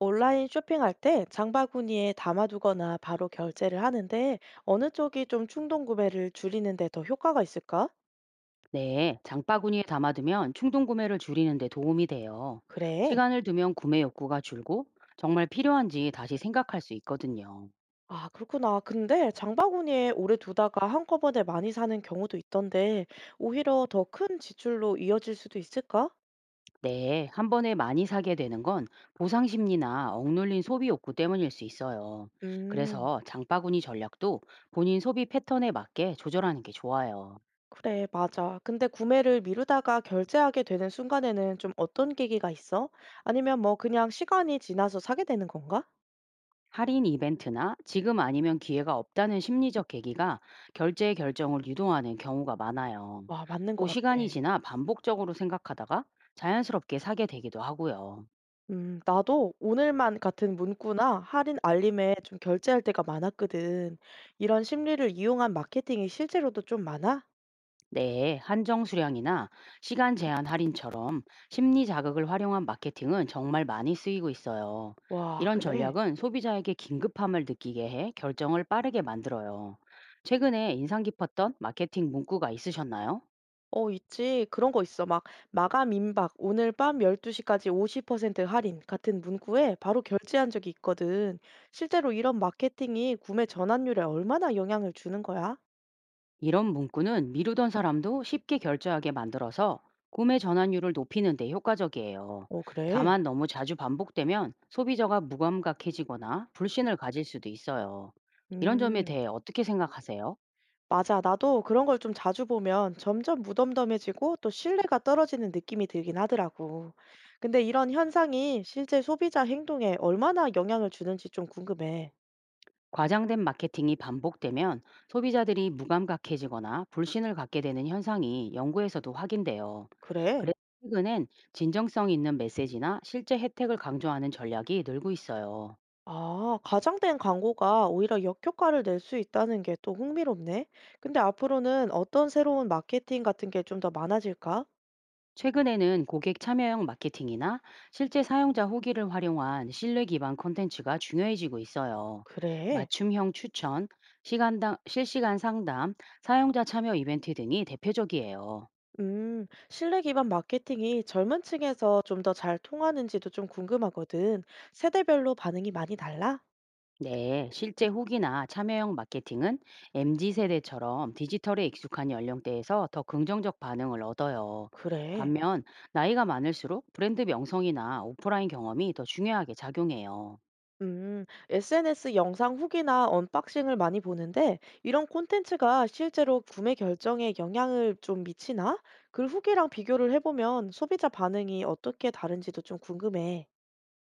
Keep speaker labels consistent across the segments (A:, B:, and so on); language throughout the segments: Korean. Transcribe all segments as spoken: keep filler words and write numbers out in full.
A: 온라인 쇼핑할 때 장바구니에 담아두거나 바로 결제를 하는데 어느 쪽이 좀 충동 구매를 줄이는 데 더 효과가 있을까?
B: 네, 장바구니에 담아두면 충동 구매를 줄이는 데 도움이 돼요.
A: 그래.
B: 시간을 두면 구매 욕구가 줄고 정말 필요한지 다시 생각할 수 있거든요.
A: 아, 그렇구나. 근데 장바구니에 오래 두다가 한꺼번에 많이 사는 경우도 있던데 오히려 더 큰 지출로 이어질 수도 있을까?
B: 네, 한 번에 많이 사게 되는 건 보상 심리나 억눌린 소비 욕구 때문일 수 있어요.
A: 음,
B: 그래서 장바구니 전략도 본인 소비 패턴에 맞게 조절하는 게 좋아요.
A: 그래, 맞아. 근데 구매를 미루다가 결제하게 되는 순간에는 좀 어떤 계기가 있어? 아니면 뭐 그냥 시간이 지나서 사게 되는 건가?
B: 할인 이벤트나 지금 아니면 기회가 없다는 심리적 계기가 결제 결정을 유도하는 경우가 많아요.
A: 와, 맞는 것
B: 또
A: 같아.
B: 시간이 지나 반복적으로 생각하다가 자연스럽게 사게 되기도 하고요.
A: 음 나도 오늘만 같은 문구나 할인 알림에 좀 결제할 때가 많았거든. 이런 심리를 이용한 마케팅이 실제로도 좀 많아?
B: 네, 한정 수량이나 시간 제한 할인처럼 심리 자극을 활용한 마케팅은 정말 많이 쓰이고 있어요.
A: 와,
B: 이런
A: 그래?
B: 전략은 소비자에게 긴급함을 느끼게 해 결정을 빠르게 만들어요. 최근에 인상 깊었던 마케팅 문구가 있으셨나요?
A: 어, 있지. 그런 거 있어. 막 마감 임박 오늘 밤 열두 시까지 오십 퍼센트 할인 같은 문구에 바로 결제한 적이 있거든. 실제로 이런 마케팅이 구매 전환율에 얼마나 영향을 주는 거야?
B: 이런 문구는 미루던 사람도 쉽게 결제하게 만들어서 구매 전환율을 높이는 데 효과적이에요.
A: 어, 그래?
B: 다만 너무 자주 반복되면 소비자가 무감각해지거나 불신을 가질 수도 있어요. 이런 점에
A: 음.
B: 대해 어떻게 생각하세요?
A: 맞아. 나도 그런 걸 좀 자주 보면 점점 무덤덤해지고 또 신뢰가 떨어지는 느낌이 들긴 하더라고. 근데 이런 현상이 실제 소비자 행동에 얼마나 영향을 주는지 좀 궁금해.
B: 과장된 마케팅이 반복되면 소비자들이 무감각해지거나 불신을 갖게 되는 현상이 연구에서도 확인돼요.
A: 그래?
B: 그래서 최근엔 진정성 있는 메시지나 실제 혜택을 강조하는 전략이 늘고 있어요.
A: 아, 과장된 광고가 오히려 역효과를 낼 수 있다는 게 또 흥미롭네. 근데 앞으로는 어떤 새로운 마케팅 같은 게 좀 더 많아질까?
B: 최근에는 고객 참여형 마케팅이나 실제 사용자 후기를 활용한 신뢰 기반 콘텐츠가 중요해지고 있어요.
A: 그래.
B: 맞춤형 추천, 시간당, 실시간 상담, 사용자 참여 이벤트 등이 대표적이에요.
A: 음, 신뢰 기반 마케팅이 젊은 층에서 좀 더 잘 통하는지도 좀 궁금하거든. 세대별로 반응이 많이 달라?
B: 네, 실제 후기나 참여형 마케팅은 엠지 세대처럼 디지털에 익숙한 연령대에서 더 긍정적 반응을 얻어요.
A: 그래.
B: 반면 나이가 많을수록 브랜드 명성이나 오프라인 경험이 더 중요하게 작용해요.
A: 음, 에스엔에스 영상 후기나 언박싱을 많이 보는데 이런 콘텐츠가 실제로 구매 결정에 영향을 좀 미치나? 그 후기랑 비교를 해보면 소비자 반응이 어떻게 다른지도 좀 궁금해.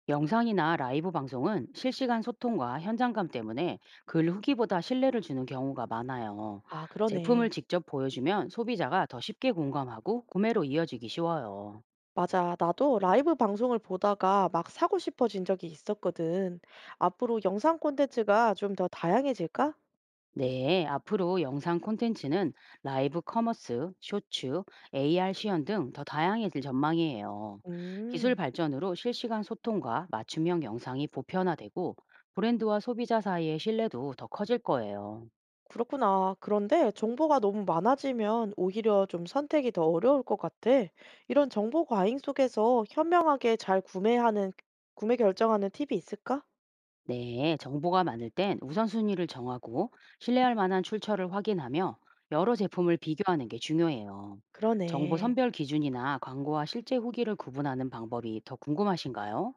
B: 영상이나 라이브 방송은 실시간 소통과 현장감 때문에 글 후기보다 신뢰를 주는 경우가 많아요.
A: 아,
B: 제품을
A: 그러네.
B: 직접 보여주면 소비자가 더 쉽게 공감하고 구매로 이어지기 쉬워요.
A: 맞아. 나도 라이브 방송을 보다가 막 사고 싶어진 적이 있었거든. 앞으로 영상 콘텐츠가 좀 더 다양해질까?
B: 네, 앞으로 영상 콘텐츠는 라이브 커머스, 쇼츠, 에이아르 시연 등 더 다양해질 전망이에요.
A: 음.
B: 기술 발전으로 실시간 소통과 맞춤형 영상이 보편화되고 브랜드와 소비자 사이의 신뢰도 더 커질 거예요.
A: 그렇구나. 그런데 정보가 너무 많아지면 오히려 좀 선택이 더 어려울 것 같아. 이런 정보 과잉 속에서 현명하게 잘 구매하는, 구매 결정하는 팁이 있을까?
B: 네, 정보가 많을 땐 우선순위를 정하고 신뢰할 만한 출처를 확인하며 여러 제품을 비교하는 게 중요해요. 정보
A: 그러네.
B: 선별 기준이나 광고와 실제 후기를 구분하는 방법이 더 궁금하신가요?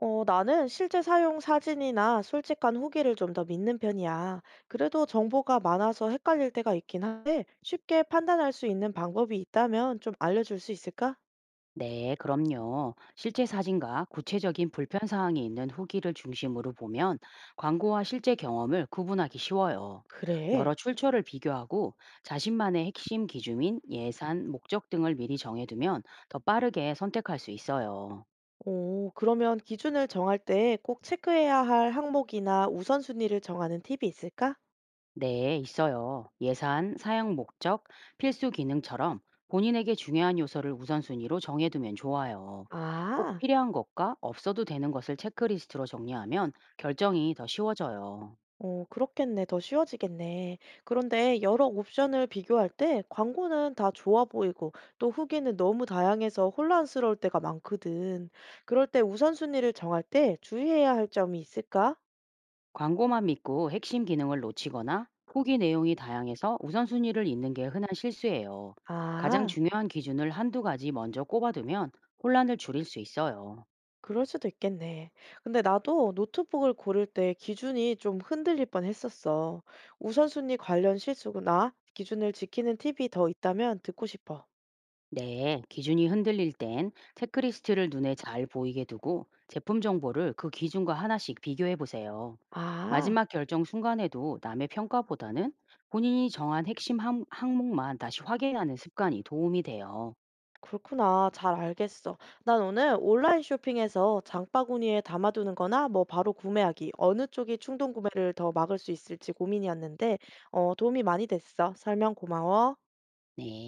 A: 어, 나는 실제 사용 사진이나 솔직한 후기를 좀 더 믿는 편이야. 그래도 정보가 많아서 헷갈릴 때가 있긴 한데 쉽게 판단할 수 있는 방법이 있다면 좀 알려줄 수 있을까?
B: 네, 그럼요. 실제 사진과 구체적인 불편 사항이 있는 후기를 중심으로 보면 광고와 실제 경험을 구분하기 쉬워요.
A: 그래.
B: 여러 출처를 비교하고 자신만의 핵심 기준인 예산, 목적 등을 미리 정해두면 더 빠르게 선택할 수 있어요.
A: 오, 그러면 기준을 정할 때 꼭 체크해야 할 항목이나 우선순위를 정하는 팁이 있을까?
B: 네, 있어요. 예산, 사용 목적, 필수 기능처럼 본인에게 중요한 요소를 우선순위로 정해두면 좋아요. 꼭
A: 아,
B: 필요한 것과 없어도 되는 것을 체크리스트로 정리하면 결정이 더 쉬워져요.
A: 오, 그렇겠네. 더 쉬워지겠네. 그런데 여러 옵션을 비교할 때 광고는 다 좋아 보이고 또 후기는 너무 다양해서 혼란스러울 때가 많거든. 그럴 때 우선순위를 정할 때 주의해야 할 점이 있을까?
B: 광고만 믿고 핵심 기능을 놓치거나 후기 내용이 다양해서 우선순위를 잇는 게 흔한 실수예요. 가장
A: 아.
B: 중요한 기준을 한두 가지 먼저 꼽아두면 혼란을 줄일 수 있어요.
A: 그럴 수도 있겠네. 근데 나도 노트북을 고를 때 기준이 좀 흔들릴 뻔했었어. 우선순위 관련 실수구나. 기준을 지키는 팁이 더 있다면 듣고 싶어.
B: 네, 기준이 흔들릴 땐 체크리스트를 눈에 잘 보이게 두고 제품 정보를 그 기준과 하나씩 비교해 보세요.
A: 아,
B: 마지막 결정 순간에도 남의 평가보다는 본인이 정한 핵심 함- 항목만 다시 확인하는 습관이 도움이 돼요.
A: 그렇구나. 잘 알겠어. 난 오늘 온라인 쇼핑에서 장바구니에 담아두는 거나 뭐 바로 구매하기. 어느 쪽이 충동 구매를 더 막을 수 있을지 고민이었는데, 어, 도움이 많이 됐어. 설명 고마워.
B: 네.